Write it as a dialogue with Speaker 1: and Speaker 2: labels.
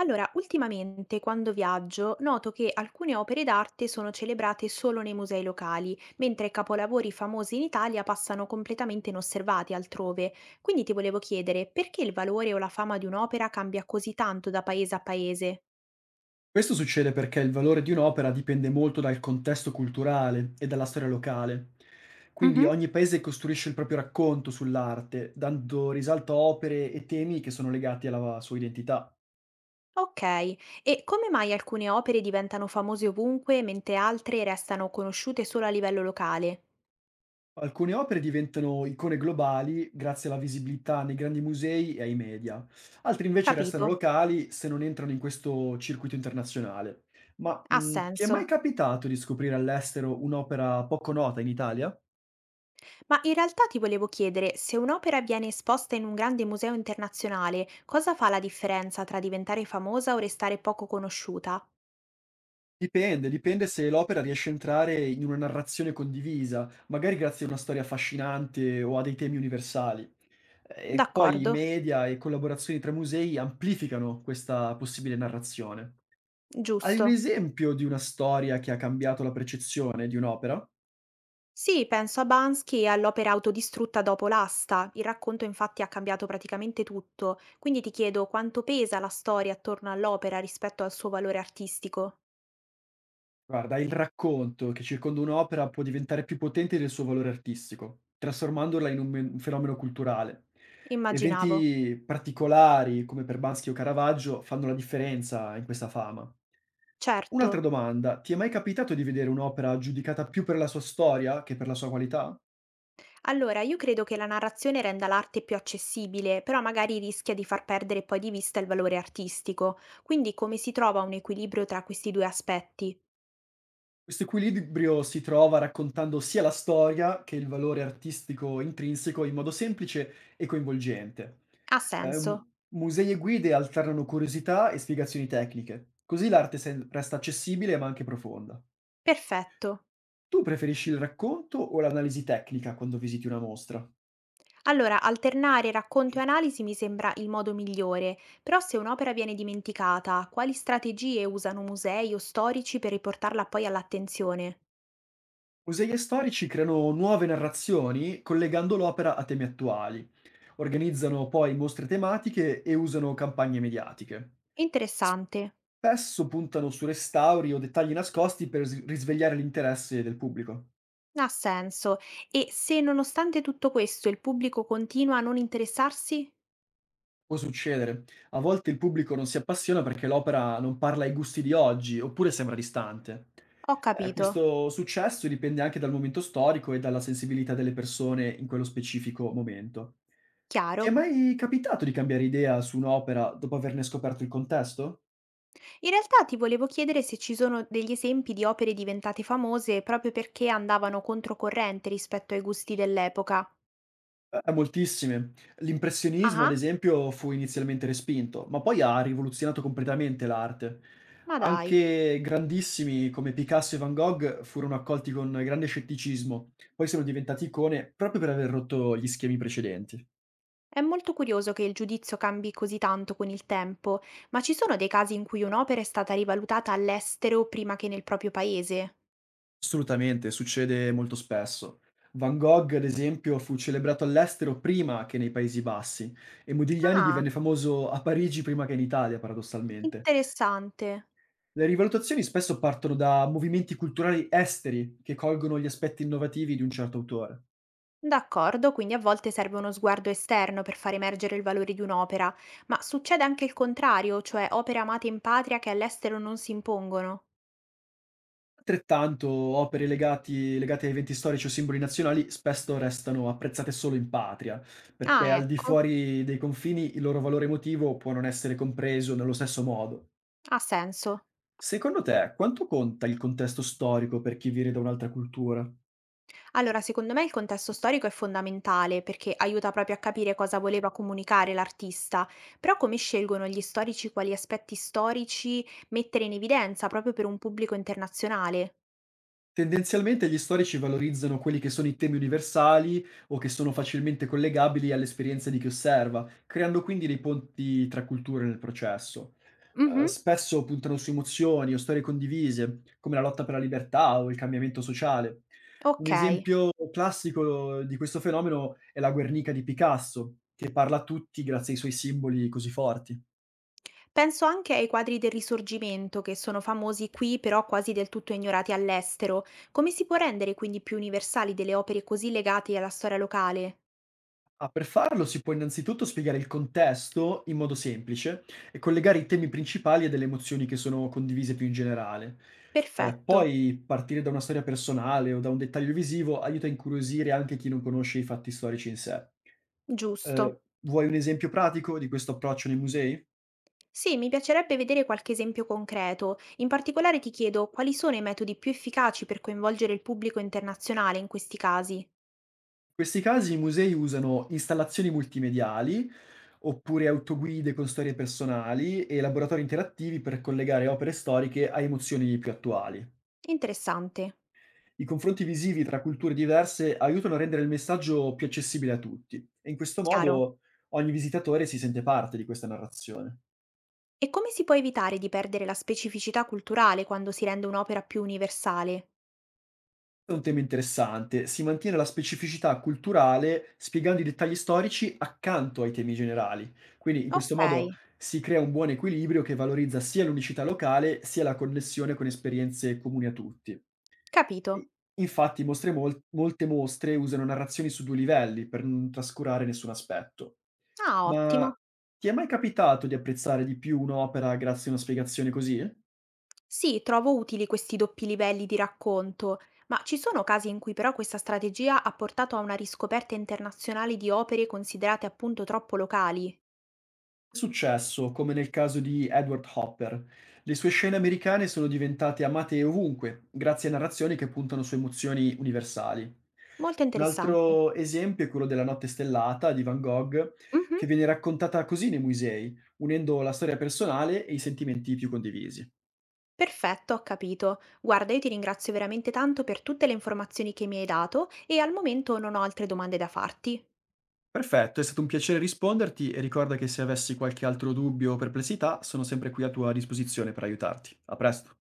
Speaker 1: Allora, ultimamente quando viaggio noto che alcune opere d'arte sono celebrate solo nei musei locali, mentre capolavori famosi in Italia passano completamente inosservati altrove. Quindi ti volevo chiedere perché il valore o la fama di un'opera cambia così tanto da paese a paese?
Speaker 2: Questo succede perché il valore di un'opera dipende molto dal contesto culturale e dalla storia locale. Quindi
Speaker 1: Mhm.
Speaker 2: ogni paese costruisce il proprio racconto sull'arte, dando risalto a opere e temi che sono legati alla sua identità.
Speaker 1: Ok, e come mai alcune opere diventano famose ovunque mentre altre restano conosciute solo a livello locale?
Speaker 2: Alcune opere diventano icone globali grazie alla visibilità nei grandi musei e ai media, altri invece restano
Speaker 1: Capito?
Speaker 2: locali se non entrano in questo circuito internazionale. Ma
Speaker 1: Ha
Speaker 2: ti è mai
Speaker 1: senso.
Speaker 2: capitato di scoprire all'estero un'opera poco nota in Italia?
Speaker 1: Ma in realtà ti volevo chiedere, se un'opera viene esposta in un grande museo internazionale, cosa fa la differenza tra diventare famosa o restare poco conosciuta?
Speaker 2: Dipende se l'opera riesce a entrare in una narrazione condivisa, magari grazie a una storia affascinante o a dei temi universali. E poi i
Speaker 1: D'accordo,
Speaker 2: media e collaborazioni tra musei amplificano questa possibile narrazione. Hai un
Speaker 1: giusto.
Speaker 2: esempio di una storia che ha cambiato la percezione di un'opera?
Speaker 1: Sì, penso a Bansky e all'opera autodistrutta dopo l'asta. Il racconto infatti ha cambiato praticamente tutto, quindi ti chiedo quanto pesa la storia attorno all'opera rispetto al suo valore artistico.
Speaker 2: Guarda, il racconto che circonda un'opera può diventare più potente del suo valore artistico, trasformandola in un fenomeno culturale.
Speaker 1: Immaginavo.
Speaker 2: Eventi particolari, come per Bansky o Caravaggio, fanno la differenza in questa fama.
Speaker 1: Certo.
Speaker 2: Un'altra domanda: ti è mai capitato di vedere un'opera giudicata più per la sua storia che per la sua qualità?
Speaker 1: Allora, io credo che la narrazione renda l'arte più accessibile, però magari rischia di far perdere poi di vista il valore artistico. Quindi come si trova un equilibrio tra questi due aspetti?
Speaker 2: Questo equilibrio si trova raccontando sia la storia che il valore artistico intrinseco in modo semplice e coinvolgente.
Speaker 1: Ha senso?
Speaker 2: Musei e guide alternano curiosità e spiegazioni tecniche, così l'arte resta accessibile ma anche profonda.
Speaker 1: Perfetto.
Speaker 2: Tu preferisci il racconto o l'analisi tecnica quando visiti una mostra?
Speaker 1: Allora, alternare racconto e analisi mi sembra il modo migliore, però se un'opera viene dimenticata, quali strategie usano musei o storici per riportarla poi all'attenzione?
Speaker 2: Musei e storici creano nuove narrazioni collegando l'opera a temi attuali, organizzano poi mostre tematiche e usano campagne mediatiche.
Speaker 1: Interessante.
Speaker 2: Spesso puntano su restauri o dettagli nascosti per s risvegliare l'interesse del pubblico.
Speaker 1: Ha senso. E se nonostante tutto questo il pubblico continua a non interessarsi?
Speaker 2: Può succedere. A volte il pubblico non si appassiona perché l'opera non parla ai gusti di oggi, oppure sembra distante.
Speaker 1: Ho capito.
Speaker 2: Questo successo dipende anche dal momento storico e dalla sensibilità delle persone in quello specifico momento. Ti è
Speaker 1: Chiaro.
Speaker 2: mai capitato di cambiare idea su un'opera dopo averne scoperto il contesto?
Speaker 1: In realtà ti volevo chiedere se ci sono degli esempi di opere diventate famose proprio perché andavano controcorrente rispetto ai gusti dell'epoca.
Speaker 2: Moltissime. L'impressionismo, ad
Speaker 1: Ah,
Speaker 2: esempio, fu inizialmente respinto, ma poi ha rivoluzionato completamente l'arte.
Speaker 1: ma dai,
Speaker 2: Anche grandissimi come Picasso e Van Gogh furono accolti con grande scetticismo, poi sono diventati icone proprio per aver rotto gli schemi precedenti.
Speaker 1: è molto curioso che il giudizio cambi così tanto con il tempo, ma ci sono dei casi in cui un'opera è stata rivalutata all'estero prima che nel proprio paese?
Speaker 2: Assolutamente, succede molto spesso. Van Gogh, ad esempio, fu celebrato all'estero prima che nei Paesi Bassi, e Modigliani
Speaker 1: Ah,
Speaker 2: divenne famoso a Parigi prima che in Italia, paradossalmente.
Speaker 1: interessante.
Speaker 2: Le rivalutazioni spesso partono da movimenti culturali esteri che colgono gli aspetti innovativi di un certo autore.
Speaker 1: D'accordo, quindi a volte serve uno sguardo esterno per far emergere il valore di un'opera, ma succede anche il contrario, cioè opere amate in patria che all'estero non si impongono.
Speaker 2: Altrettanto, opere legate a eventi storici o simboli nazionali spesso restano apprezzate solo in patria, perché
Speaker 1: Ah,
Speaker 2: al di
Speaker 1: ecco,
Speaker 2: fuori dei confini il loro valore emotivo può non essere compreso nello stesso modo.
Speaker 1: ha senso.
Speaker 2: Secondo te, quanto conta il contesto storico per chi viene da un'altra cultura?
Speaker 1: Allora, secondo me il contesto storico è fondamentale perché aiuta proprio a capire cosa voleva comunicare l'artista, però come scelgono gli storici quali aspetti storici mettere in evidenza proprio per un pubblico internazionale?
Speaker 2: Tendenzialmente gli storici valorizzano quelli che sono i temi universali o che sono facilmente collegabili all'esperienza di chi osserva, creando quindi dei ponti tra culture nel processo.
Speaker 1: Mhm,
Speaker 2: Spesso puntano su emozioni o storie condivise, come la lotta per la libertà o il cambiamento sociale. Un
Speaker 1: ok.
Speaker 2: esempio classico di questo fenomeno è la Guernica di Picasso, che parla a tutti grazie ai suoi simboli così forti.
Speaker 1: Penso anche ai quadri del Risorgimento, che sono famosi qui, però quasi del tutto ignorati all'estero. Come si può rendere quindi più universali delle opere così legate alla storia locale?
Speaker 2: Ah, per farlo si può innanzitutto spiegare il contesto in modo semplice e collegare i temi principali a delle emozioni che sono condivise più in generale.
Speaker 1: Perfetto,
Speaker 2: Poi partire da una storia personale o da un dettaglio visivo aiuta a incuriosire anche chi non conosce i fatti storici in sé. Eh,
Speaker 1: giusto.
Speaker 2: Vuoi un esempio pratico di questo approccio nei musei?
Speaker 1: Sì, mi piacerebbe vedere qualche esempio concreto. In particolare ti chiedo quali sono i metodi più efficaci per coinvolgere il pubblico internazionale in questi casi.
Speaker 2: In questi casi i musei usano installazioni multimediali oppure autoguide con storie personali e laboratori interattivi per collegare opere storiche a emozioni più attuali.
Speaker 1: Interessante.
Speaker 2: I confronti visivi tra culture diverse aiutano a rendere il messaggio più accessibile a tutti, e in questo
Speaker 1: Chiaro.
Speaker 2: modo ogni visitatore si sente parte di questa narrazione.
Speaker 1: E come si può evitare di perdere la specificità culturale quando si rende un'opera più universale?
Speaker 2: È un tema interessante: si mantiene la specificità culturale spiegando i dettagli storici accanto ai temi generali, quindi in questo modo
Speaker 1: Ok,
Speaker 2: si crea un buon equilibrio che valorizza sia l'unicità locale sia la connessione con esperienze comuni a tutti.
Speaker 1: capito.
Speaker 2: E infatti molte mostre usano narrazioni su due livelli per non trascurare nessun aspetto.
Speaker 1: Ah, ottimo.
Speaker 2: Ma ti è mai capitato di apprezzare di più un'opera grazie a una spiegazione così? È
Speaker 1: Sì, trovo utili questi doppi livelli di racconto, ma ci sono casi in cui però questa strategia ha portato a una riscoperta internazionale di opere considerate appunto troppo locali.
Speaker 2: successo, come nel caso di Edward Hopper. Le sue scene americane sono diventate amate ovunque, grazie a narrazioni che puntano su emozioni universali.
Speaker 1: Molto
Speaker 2: Un
Speaker 1: interessante.
Speaker 2: altro esempio è quello della Notte stellata di Van Gogh,
Speaker 1: Mhm,
Speaker 2: che viene raccontata così nei musei, unendo la storia personale e i sentimenti più condivisi.
Speaker 1: perfetto, ho capito. Guarda, io ti ringrazio veramente tanto per tutte le informazioni che mi hai dato e al momento non ho altre domande da farti.
Speaker 2: Perfetto, è stato un piacere risponderti, e ricorda che se avessi qualche altro dubbio o perplessità sono sempre qui a tua disposizione per aiutarti. A presto.